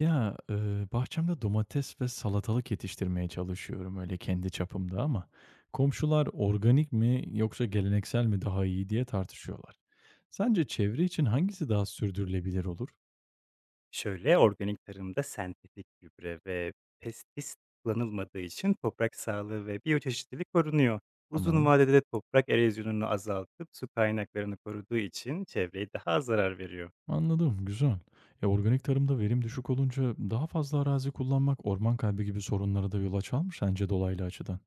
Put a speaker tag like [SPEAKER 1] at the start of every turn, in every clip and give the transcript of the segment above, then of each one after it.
[SPEAKER 1] Ya, bahçemde domates ve salatalık yetiştirmeye çalışıyorum öyle kendi çapımda ama komşular organik mi yoksa geleneksel mi daha iyi diye tartışıyorlar. Sence çevre için hangisi daha sürdürülebilir olur?
[SPEAKER 2] Şöyle, organik tarımda sentetik gübre ve pestis kullanılmadığı için toprak sağlığı ve biyoçeşitlilik korunuyor. Uzun
[SPEAKER 1] Tamam,
[SPEAKER 2] vadede de toprak erozyonunu azaltıp su kaynaklarını koruduğu için çevreye daha az zarar veriyor.
[SPEAKER 1] anladım, güzel. Organik tarımda verim düşük olunca daha fazla arazi kullanmak orman kaybı gibi sorunlara da yol açar mı sence dolaylı açıdan?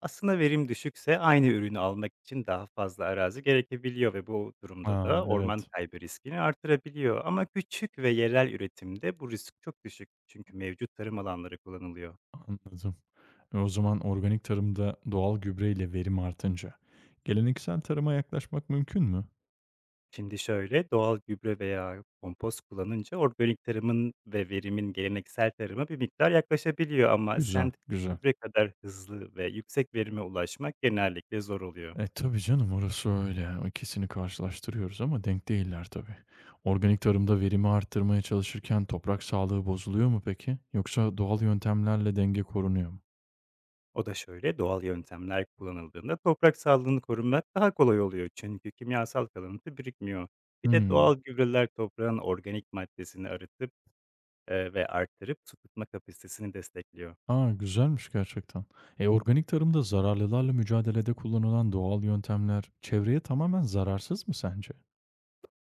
[SPEAKER 2] Aslında verim düşükse aynı ürünü almak için daha fazla arazi gerekebiliyor ve bu durumda
[SPEAKER 1] Aa
[SPEAKER 2] da orman
[SPEAKER 1] evet,
[SPEAKER 2] kaybı riskini artırabiliyor. Ama küçük ve yerel üretimde bu risk çok düşük, çünkü mevcut tarım alanları kullanılıyor.
[SPEAKER 1] anladım. O zaman organik tarımda doğal gübreyle verim artınca geleneksel tarıma yaklaşmak mümkün mü?
[SPEAKER 2] Şimdi şöyle, doğal gübre veya kompost kullanınca organik tarımın ve verimin geleneksel tarıma bir miktar yaklaşabiliyor, ama
[SPEAKER 1] Güzel,
[SPEAKER 2] sentetik
[SPEAKER 1] güzel.
[SPEAKER 2] gübre kadar hızlı ve yüksek verime ulaşmak genellikle zor oluyor.
[SPEAKER 1] Tabii canım orası öyle. O ikisini karşılaştırıyoruz ama denk değiller tabii. Organik tarımda verimi arttırmaya çalışırken toprak sağlığı bozuluyor mu peki? Yoksa doğal yöntemlerle denge korunuyor mu?
[SPEAKER 2] O da şöyle, doğal yöntemler kullanıldığında toprak sağlığını korumak daha kolay oluyor, çünkü kimyasal kalıntı birikmiyor. Bir de
[SPEAKER 1] Hmm.
[SPEAKER 2] doğal gübreler toprağın organik maddesini arıtıp ve arttırıp su tutma kapasitesini destekliyor.
[SPEAKER 1] Aa, güzelmiş gerçekten. Organik tarımda zararlılarla mücadelede kullanılan doğal yöntemler çevreye tamamen zararsız mı sence?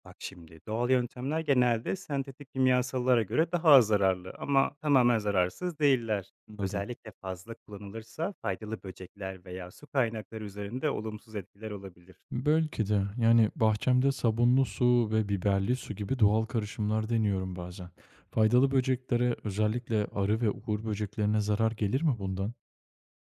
[SPEAKER 2] Bak şimdi, doğal yöntemler genelde sentetik kimyasallara göre daha az zararlı, ama tamamen zararsız değiller.
[SPEAKER 1] Anladım.
[SPEAKER 2] Özellikle fazla kullanılırsa faydalı böcekler veya su kaynakları üzerinde olumsuz etkiler olabilir.
[SPEAKER 1] Belki de. Yani bahçemde sabunlu su ve biberli su gibi doğal karışımlar deniyorum bazen. Faydalı böceklere, özellikle arı ve uğur böceklerine zarar gelir mi bundan?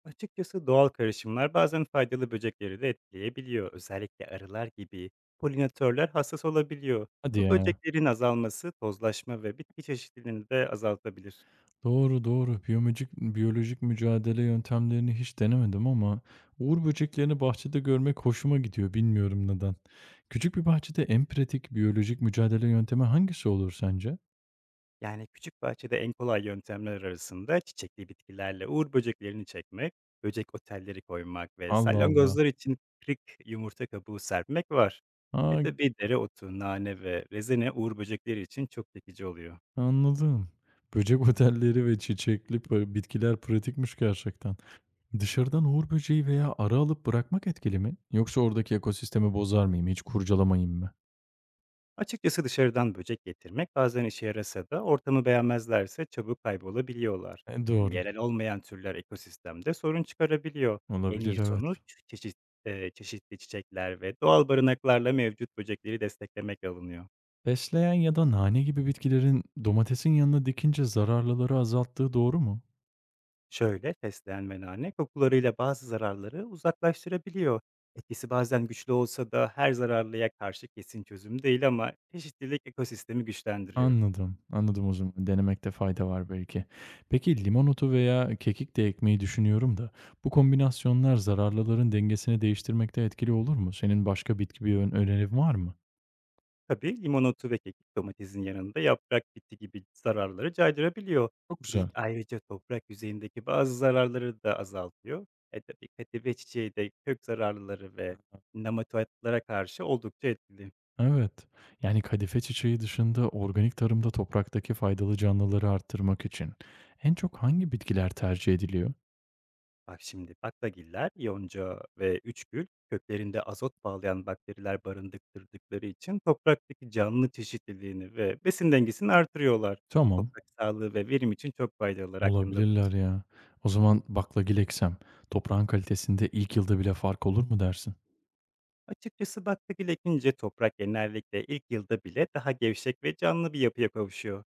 [SPEAKER 2] Açıkçası doğal karışımlar bazen faydalı böcekleri de etkileyebiliyor. Özellikle arılar gibi polinatörler hassas olabiliyor.
[SPEAKER 1] Hadi
[SPEAKER 2] Bu
[SPEAKER 1] ya.
[SPEAKER 2] böceklerin azalması tozlaşma ve bitki çeşitliliğini de azaltabilir.
[SPEAKER 1] Doğru doğru. Biyolojik mücadele yöntemlerini hiç denemedim ama uğur böceklerini bahçede görmek hoşuma gidiyor. Bilmiyorum neden. Küçük bir bahçede en pratik biyolojik mücadele yöntemi hangisi olur sence?
[SPEAKER 2] Yani küçük bahçede en kolay yöntemler arasında çiçekli bitkilerle uğur böceklerini çekmek, böcek otelleri koymak ve
[SPEAKER 1] Allah Allah.
[SPEAKER 2] salyangozlar için kırık yumurta kabuğu serpmek var. E
[SPEAKER 1] Aa,
[SPEAKER 2] tabi dereotu, nane ve rezene uğur böcekleri için çok çekici oluyor.
[SPEAKER 1] anladım. Böcek otelleri ve çiçekli bitkiler pratikmiş gerçekten. Dışarıdan uğur böceği veya arı alıp bırakmak etkili mi? Yoksa oradaki ekosistemi bozar mıyım, hiç kurcalamayayım mı?
[SPEAKER 2] Açıkçası dışarıdan böcek getirmek bazen işe yarasa da ortamı beğenmezlerse çabuk kaybolabiliyorlar. Yani
[SPEAKER 1] Doğru.
[SPEAKER 2] yerel olmayan türler ekosistemde sorun çıkarabiliyor. En iyi
[SPEAKER 1] Olabilir, evet.
[SPEAKER 2] sonuç çeşit, çeşitli çiçekler ve doğal barınaklarla mevcut böcekleri desteklemek alınıyor.
[SPEAKER 1] Fesleğen ya da nane gibi bitkilerin domatesin yanına dikince zararlıları azalttığı doğru mu?
[SPEAKER 2] Şöyle, fesleğen ve nane kokularıyla bazı zararları uzaklaştırabiliyor. Etkisi bazen güçlü olsa da her zararlıya karşı kesin çözüm değil, ama çeşitlilik ekosistemi güçlendiriyor.
[SPEAKER 1] Anladım, anladım o zaman. Denemekte fayda var belki. Peki limon otu veya kekik de ekmeği düşünüyorum da bu kombinasyonlar zararlıların dengesini değiştirmekte etkili olur mu? Senin başka bitki bir önerin var mı?
[SPEAKER 2] Tabii limon ve kekik domatesin yanında yaprak bitti gibi zararları caydırabiliyor.
[SPEAKER 1] Çok
[SPEAKER 2] Kekik
[SPEAKER 1] güzel.
[SPEAKER 2] ayrıca toprak yüzeyindeki bazı zararları da azaltıyor. E tabii katife çiçeği de kök zararlıları ve nematodlara karşı oldukça etkili.
[SPEAKER 1] Evet. Yani kadife çiçeği dışında organik tarımda topraktaki faydalı canlıları arttırmak için en çok hangi bitkiler tercih ediliyor?
[SPEAKER 2] Bak şimdi, baklagiller, yonca ve üçgül köklerinde azot bağlayan bakteriler barındırdıkları için topraktaki canlı çeşitliliğini ve besin dengesini artırıyorlar.
[SPEAKER 1] Tamam.
[SPEAKER 2] Toprak sağlığı ve verim için çok faydalılar hakkında bunu.
[SPEAKER 1] Olabilirler ya. O zaman baklagil eksem toprağın kalitesinde ilk yılda bile fark olur mu dersin?
[SPEAKER 2] Açıkçası baklagil ekince toprak genellikle ilk yılda bile daha gevşek ve canlı bir yapıya kavuşuyor.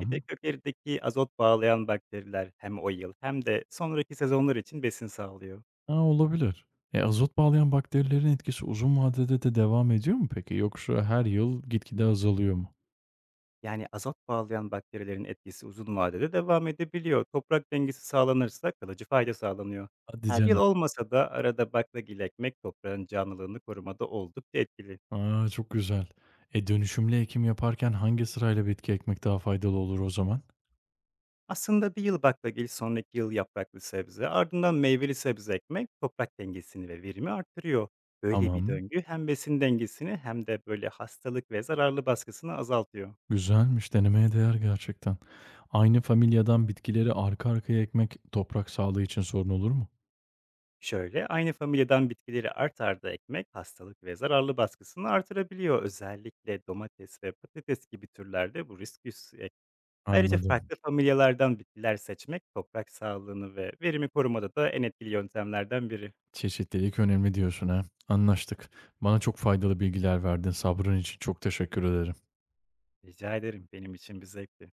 [SPEAKER 2] Bir de köklerindeki azot bağlayan bakteriler hem o yıl hem de sonraki sezonlar için besin sağlıyor.
[SPEAKER 1] Ha, olabilir. Azot bağlayan bakterilerin etkisi uzun vadede de devam ediyor mu peki? Yoksa her yıl gitgide azalıyor mu?
[SPEAKER 2] Yani azot bağlayan bakterilerin etkisi uzun vadede devam edebiliyor. Toprak dengesi sağlanırsa kalıcı fayda sağlanıyor.
[SPEAKER 1] Hadi
[SPEAKER 2] Her yıl
[SPEAKER 1] canım.
[SPEAKER 2] olmasa da arada baklagil ekmek toprağın canlılığını korumada oldukça etkili.
[SPEAKER 1] Aa, çok güzel. Dönüşümlü ekim yaparken hangi sırayla bitki ekmek daha faydalı olur o zaman?
[SPEAKER 2] Aslında bir yıl baklagil, sonraki yıl yapraklı sebze, ardından meyveli sebze ekmek toprak dengesini ve verimi arttırıyor. Böyle bir
[SPEAKER 1] Tamam.
[SPEAKER 2] döngü hem besin dengesini hem de böyle hastalık ve zararlı baskısını azaltıyor.
[SPEAKER 1] Güzelmiş. Denemeye değer gerçekten. Aynı familyadan bitkileri arka arkaya ekmek toprak sağlığı için sorun olur mu?
[SPEAKER 2] Şöyle, aynı familyadan bitkileri art arda ekmek hastalık ve zararlı baskısını artırabiliyor. Özellikle domates ve patates gibi türlerde bu risk yüksek. Ayrıca
[SPEAKER 1] Anladım.
[SPEAKER 2] farklı familyalardan bitkiler seçmek toprak sağlığını ve verimi korumada da en etkili yöntemlerden biri.
[SPEAKER 1] Çeşitlilik önemli diyorsun ha. Anlaştık. Bana çok faydalı bilgiler verdin. Sabrın için çok teşekkür ederim.
[SPEAKER 2] Rica ederim, benim için bir zevkti.